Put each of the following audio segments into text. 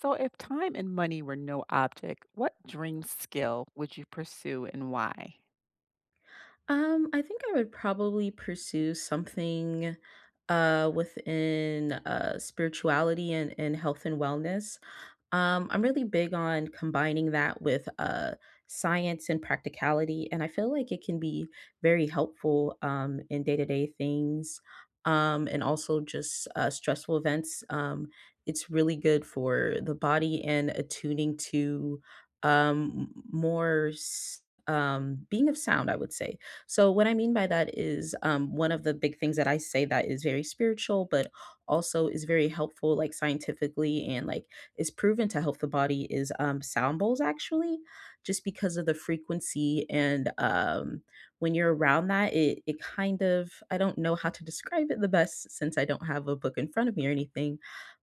So, if time and money were no object, what dream skill would you pursue and why? I think I would probably pursue something within spirituality and health and wellness. I'm really big on combining that with science and practicality, and I feel like it can be very helpful in day to day things and also just stressful events. It's really good for the body and attuning to um, m- more. s- being of sound, I would say. So, what I mean by that is one of the big things that I say that is very spiritual, but also is very helpful, like scientifically and like is proven to help the body is sound bowls, actually, just because of the frequency. And when you're around that, it kind of, I don't know how to describe it the best since I don't have a book in front of me or anything,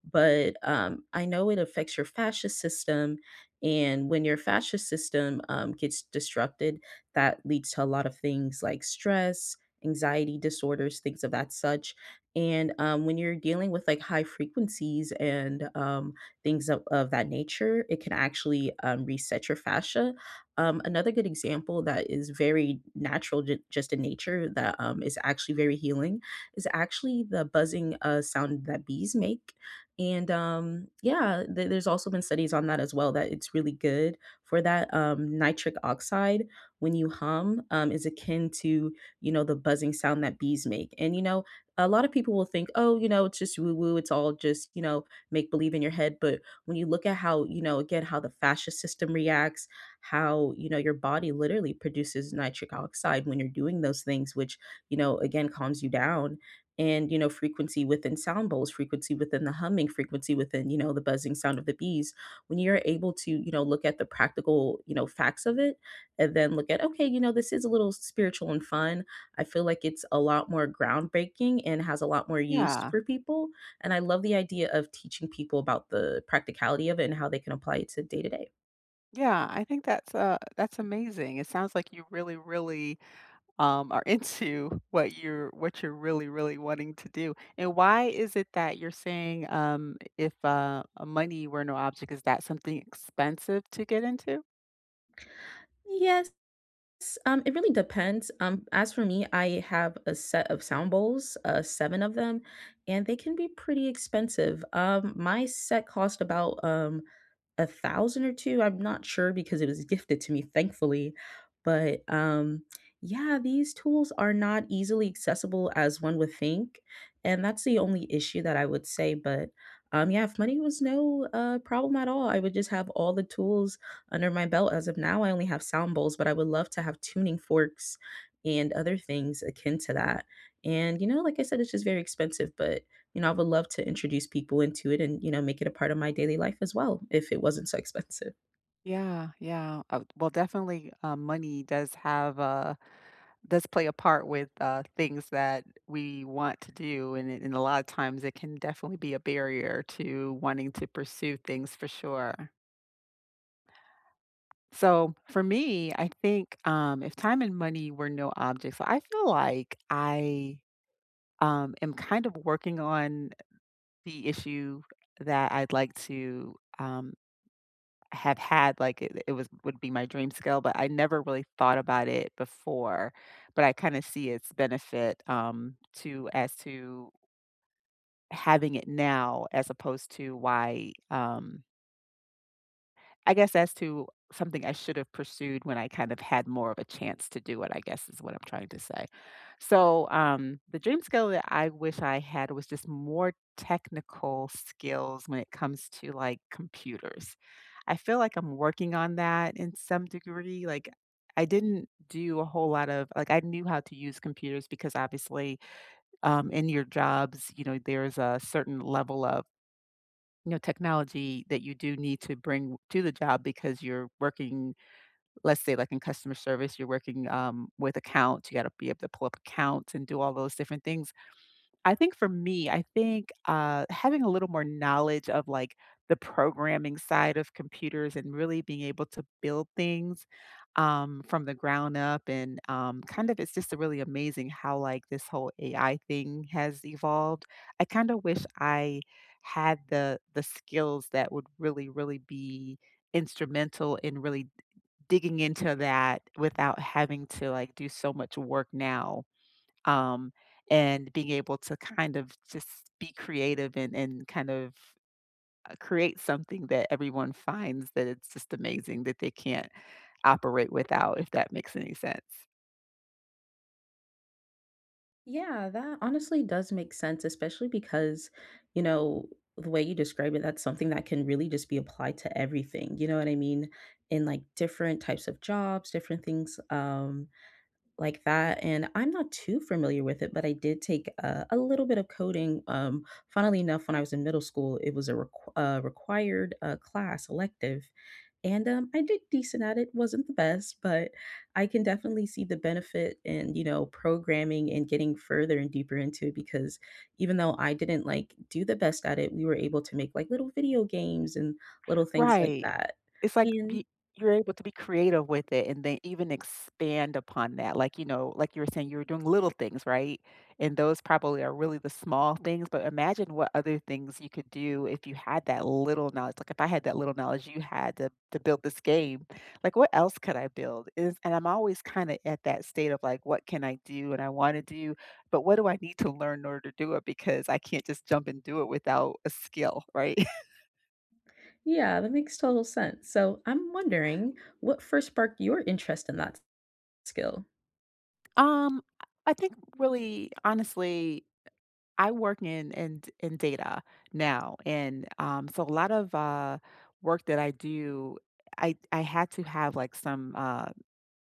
but I know it affects your fascia system. And when your fascia system gets disrupted, that leads to a lot of things like stress, anxiety disorders, things of that such. And when you're dealing with like high frequencies and things of that nature, it can actually reset your fascia. Another good example that is very natural, just in nature, that is actually very healing, is actually the buzzing sound that bees make. And yeah, there's also been studies on that as well that it's really good for that. Nitric oxide, when you hum, is akin to you know the buzzing sound that bees make. And you know, a lot of people will think, oh, you know, it's just woo woo, it's all just you know make believe in your head but when you look at how you know again how the fascia system reacts how you know your body literally produces nitric oxide when you're doing those things which you know again calms you down and you know frequency within sound bowls frequency within the humming frequency within you know the buzzing sound of the bees when you're able to you know look at the practical you know facts of it and then look at okay you know this is a little spiritual and fun I feel like it's a lot more groundbreaking and has a lot more use Yeah. for people and I love the idea of teaching people about the practicality of it and how they can apply it to day to day. Yeah, I think that's amazing. It sounds like you really, really are into what you're really, really wanting to do. And why is it that you're saying if money were no object, is that something expensive to get into? Yes, it really depends. As for me, I have a set of sound bowls, seven of them, and they can be pretty expensive. My set cost about a 1,000 or 2, I'm not sure because it was gifted to me, thankfully, but, yeah, these tools are not easily accessible as one would think, and that's the only issue that I would say, but, yeah, if money was no, problem at all, I would just have all the tools under my belt. As of now, I only have sound bowls, but I would love to have tuning forks and other things akin to that, and, you know, like I said, it's just very expensive, but you know, I would love to introduce people into it and, you know, make it a part of my daily life as well if it wasn't so expensive. Yeah, yeah. Well, definitely money does have a. does play a part with, things that we want to do, and it and a lot of times it can definitely be a barrier to wanting to pursue things for sure. So, for me, I think, if time and money were no objects, I feel like I am kind of working on the issue that I'd like to, have had, like, it was would be my dream skill, but I never really thought about it before, but I kinda see its benefit, to as to having it now as opposed to why, I guess as to something I should have pursued when I kind of had more of a chance to do it, I guess is what I'm trying to say. So, the dream skill that I wish I had was just more technical skills when it comes to like computers. I feel like I'm working on that in some degree. Like, I didn't do a whole lot of like I knew how to use computers because obviously in your jobs, you know, there's a certain level of you know, technology that you do need to bring to the job because you're working, let's say, like in customer service, you're working with accounts. You got to be able to pull up accounts and do all those different things. I think for me, I think, having a little more knowledge of, like, the programming side of computers and really being able to build things, from the ground up and, kind of it's just really amazing how, like, this whole AI thing has evolved. I kinda wish I had the skills that would really, really be instrumental in really digging into that without having to, like, do so much work now um, and being able to kind of just be creative and kind of create something that everyone finds that it's just amazing that they can't operate without, if that makes any sense. Yeah, that honestly does make sense, especially because, you know, the way you describe it, that's something that can really just be applied to everything. You know what I mean? In like different types of jobs, different things. Like that, and I'm not too familiar with it, but I did take a little bit of coding. Funnily enough, when I was in middle school, it was a required class elective, and I did decent at it. Wasn't the best, but I can definitely see the benefit in you know programming and getting further and deeper into it because even though I didn't like do the best at it, we were able to make like little video games and little things like Right. that. It's like And y You're able to be creative with it and then even expand upon that. Like, you know, like you were saying, you were doing little things, right? And those probably are really the small things, but imagine what other things you could do if you had that little knowledge. Like if I had that little knowledge you had to build this game, like what else could I build? Is and I'm always kind of at that state of like, what can I do and I want to do, but what do I need to learn in order to do it? Because I can't just jump and do it without a skill, right? yeah, that makes total sense. So I'm wondering what first sparked your interest in that skill? I think really honestly, I work in data now, and so a lot of work that I do, I had to have like some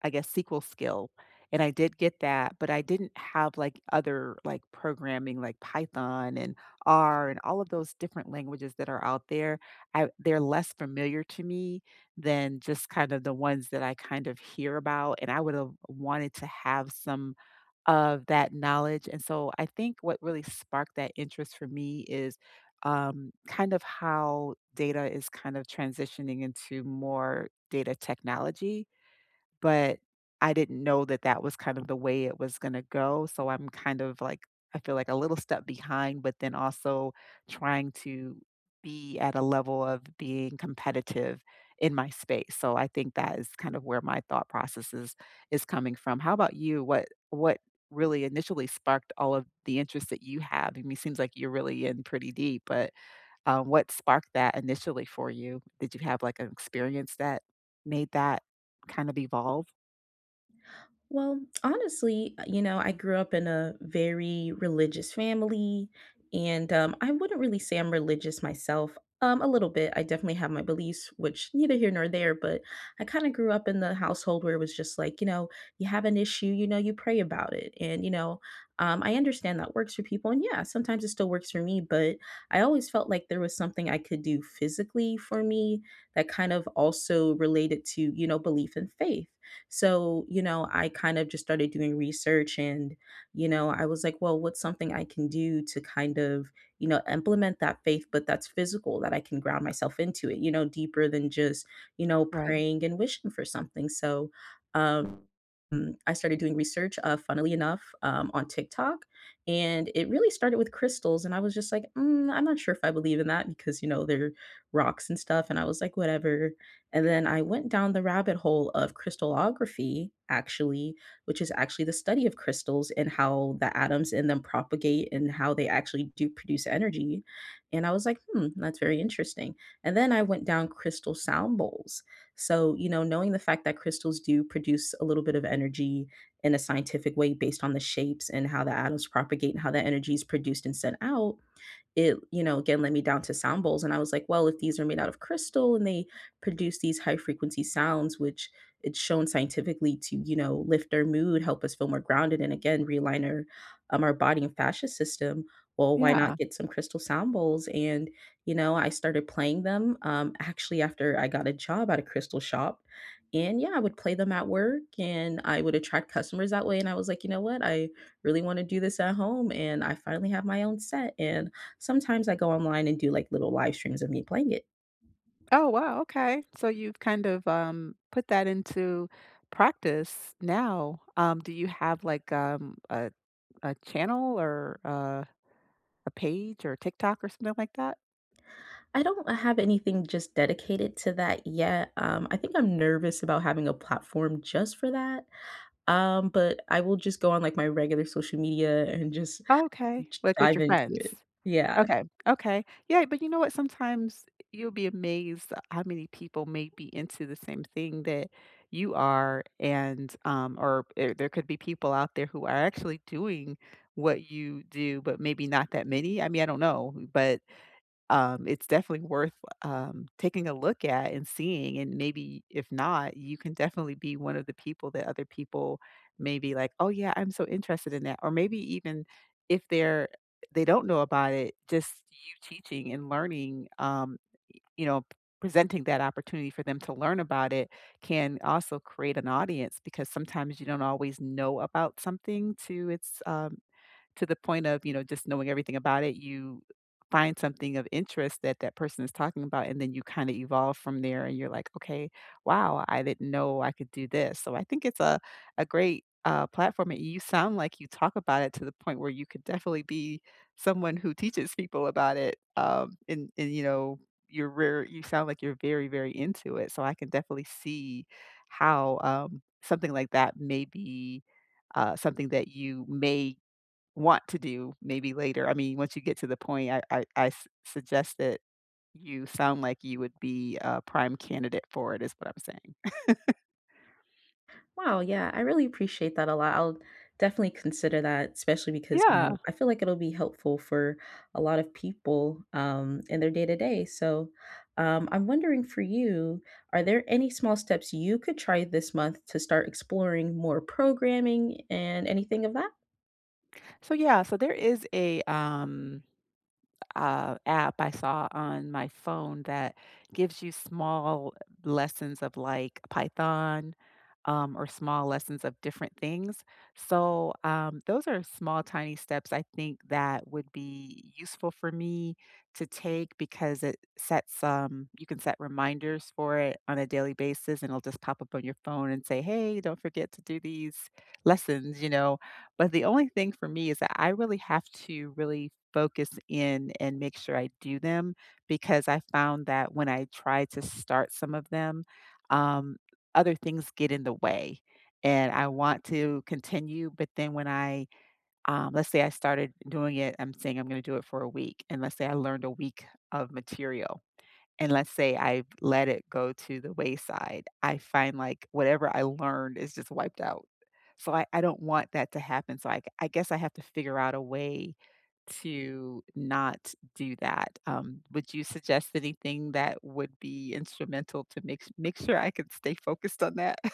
I guess SQL skill, and I did get that, but I didn't have like other like programming like Python and R and all of those different languages that are out there. I they're less familiar to me than just kind of the ones that I kind of hear about, and I would have wanted to have some of that knowledge, and so I think what really sparked that interest for me is, kind of how data is kind of transitioning into more data technology. But I didn't know that that was kind of the way it was gonna go, so I'm kind of like I feel like a little step behind, but then also trying to be at a level of being competitive in my space. So I think that is kind of where my thought process is coming from. How about you? What really initially sparked all of the interest that you have? I mean, it seems like you're really in pretty deep, but what sparked that initially for you? Did you have like an experience that made that kind of evolve? Well, honestly, you know, I grew up in a very religious family, and I wouldn't really say I'm religious myself. A little bit. I definitely have my beliefs, which neither here nor there, but I kind of grew up in the household where it was just like, you know, you have an issue, you know, you pray about it. And, you know, I understand that works for people. And yeah, sometimes it still works for me, but I always felt like there was something I could do physically for me that kind of also related to, you know, belief and faith. So, you know, I kind of just started doing research and, you know, I was like, well, what's something I can do to kind of, you know, implement that faith, but that's physical, that I can ground myself into it, you know, deeper than just, you know, Right. praying and wishing for something. So, um, I started doing research, funnily enough, on TikTok. And it really started with crystals. And I was just like, mm, I'm not sure if I believe in that because, you know, they're rocks and stuff. And I was like, whatever. And then I went down the rabbit hole of crystallography, actually, which is actually the study of crystals and how the atoms in them propagate and how they actually do produce energy. And I was like, hmm, that's very interesting. And then I went down crystal sound bowls. So, you know, knowing the fact that crystals do produce a little bit of energy in a scientific way based on the shapes and how the atoms propagate and how the energy is produced and sent out it, you know, again led me down to sound bowls. And I was like, well, if these are made out of crystal and they produce these high frequency sounds, which it's shown scientifically to, you know, lift our mood, help us feel more grounded, and again, realign our body and fascia system. Well, why Yeah. not get some crystal sound bowls? And, you know, I started playing them actually after I got a job at a crystal shop. And yeah, I would play them at work and I would attract customers that way. And I was like, you know what? I really want to do this at home. And I finally have my own set. And sometimes I go online and do like little live streams of me playing it. Oh, wow, okay. So you've kind of, put that into practice now. Do you have, like, a channel or, a page or TikTok or something like that? I don't have anything just dedicated to that yet. I think I'm nervous about having a platform just for that. But I will just go on like my regular social media and just Oh, okay. Like, with dive your into friends? it. Yeah. Okay, okay. Yeah, but you know what? Sometimes you'll be amazed at how many people may be into the same thing that you are, and or there could be people out there who are actually doing what you do, but maybe not that many. I mean, I don't know, but it's definitely worth, taking a look at and seeing, and maybe if not, you can definitely be one of the people that other people may be like, "Oh, yeah, I'm so interested in that." Or maybe even if they're they don't know about it, just you teaching and learning, you know, presenting that opportunity for them to learn about it can also create an audience because sometimes you don't always know about something to its, to the point of, you know, just knowing everything about it, you find something of interest that that person is talking about, and then you kind of evolve from there, and you're like, "Okay, wow, I didn't know I could do this." So I think it's a great platform, and you sound like you talk about it to the point where you could definitely be someone who teaches people about it. And you know, you're rare. You sound like you're very very into it. So I can definitely see how something like that may be something that you may want to do maybe later. I mean, once you get to the point, suggest that you sound like you would be a prime candidate for it. Is what I'm saying. Wow, yeah, I really appreciate that a lot. I'll definitely consider that, especially because, you Yeah. know, I feel like it'll be helpful for a lot of people in their day to day. So I'm wondering for you, are there any small steps you could try this month to start exploring more programming and anything of that? So yeah, so there is a app I saw on my phone that gives you small lessons of like Python or small lessons of different things. So, those are small, tiny steps I think that would be useful for me to take because it sets, you can set reminders for it on a daily basis and it'll just pop up on your phone and say, hey, don't forget to do these lessons, you know. But the only thing for me is that I really have to really focus in and make sure I do them because I found that when I try to start some of them, um, other things get in the way. And I want to continue, but then when I let's say I started doing it, I'm saying I'm going to do it for a week. And let's say I learned a week of material. And let's say I let it go to the wayside. I find like whatever I learned is just wiped out. So I don't want that to happen. So I guess I have to figure out a way to not do that. Would you suggest anything that would be instrumental to make sure I could stay focused on that?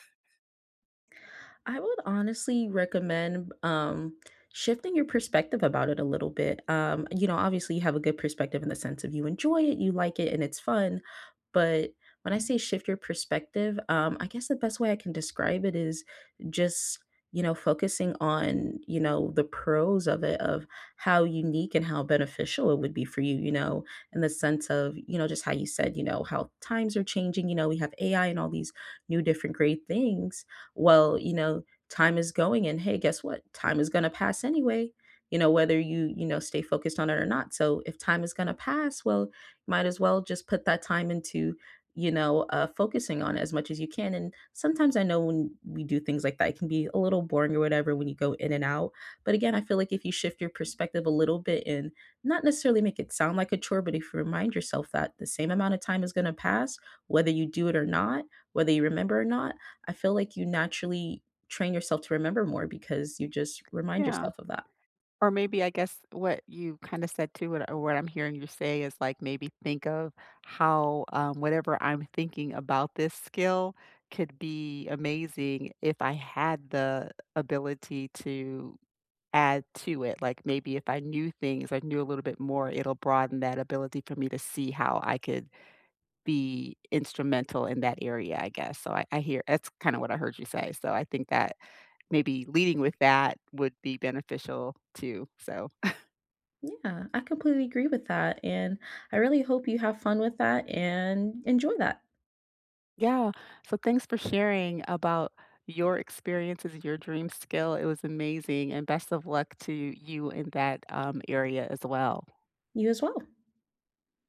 I would honestly recommend shifting your perspective about it a little bit. You know, obviously, you have a good perspective in the sense of you enjoy it, you like it, and it's fun. But when I say shift your perspective, I guess the best way I can describe it is just, you know, focusing on, you know, the pros of it, of how unique and how beneficial it would be for you, you know, in the sense of, you know, just how you said, you know, how times are changing, you know, we have AI and all these new different great things well, you know, time is going and hey, guess what? Time is going to pass anyway. You know, whether you, you know, stay focused on it or not. So if time is going to pass, well, you might as well just put that time into, you know, focusing on it as much as you can. And sometimes I know when we do things like that, it can be a little boring or whatever when you go in and out. But again, I feel like if you shift your perspective a little bit and not necessarily make it sound like a chore, but if you remind yourself that the same amount of time is going to pass, whether you do it or not, whether you remember or not, I feel like you naturally train yourself to remember more because you just remind Yeah. yourself of that. Or maybe I guess what you kind of said too, what, or what I'm hearing you say is like maybe think of how whatever I'm thinking about this skill could be amazing if I had the ability to add to it. Like maybe if I knew things, I knew a little bit more, it'll broaden that ability for me to see how I could be instrumental in that area, I guess. So I hear that's kinda what I heard you say. So I think that maybe leading with that would be beneficial too. So, Yeah, I completely agree with that. And I really hope you have fun with that and enjoy that. yeah. So thanks for sharing about your experiences, and your dream skill. It was amazing, and best of luck to you in that, area as well. You as well.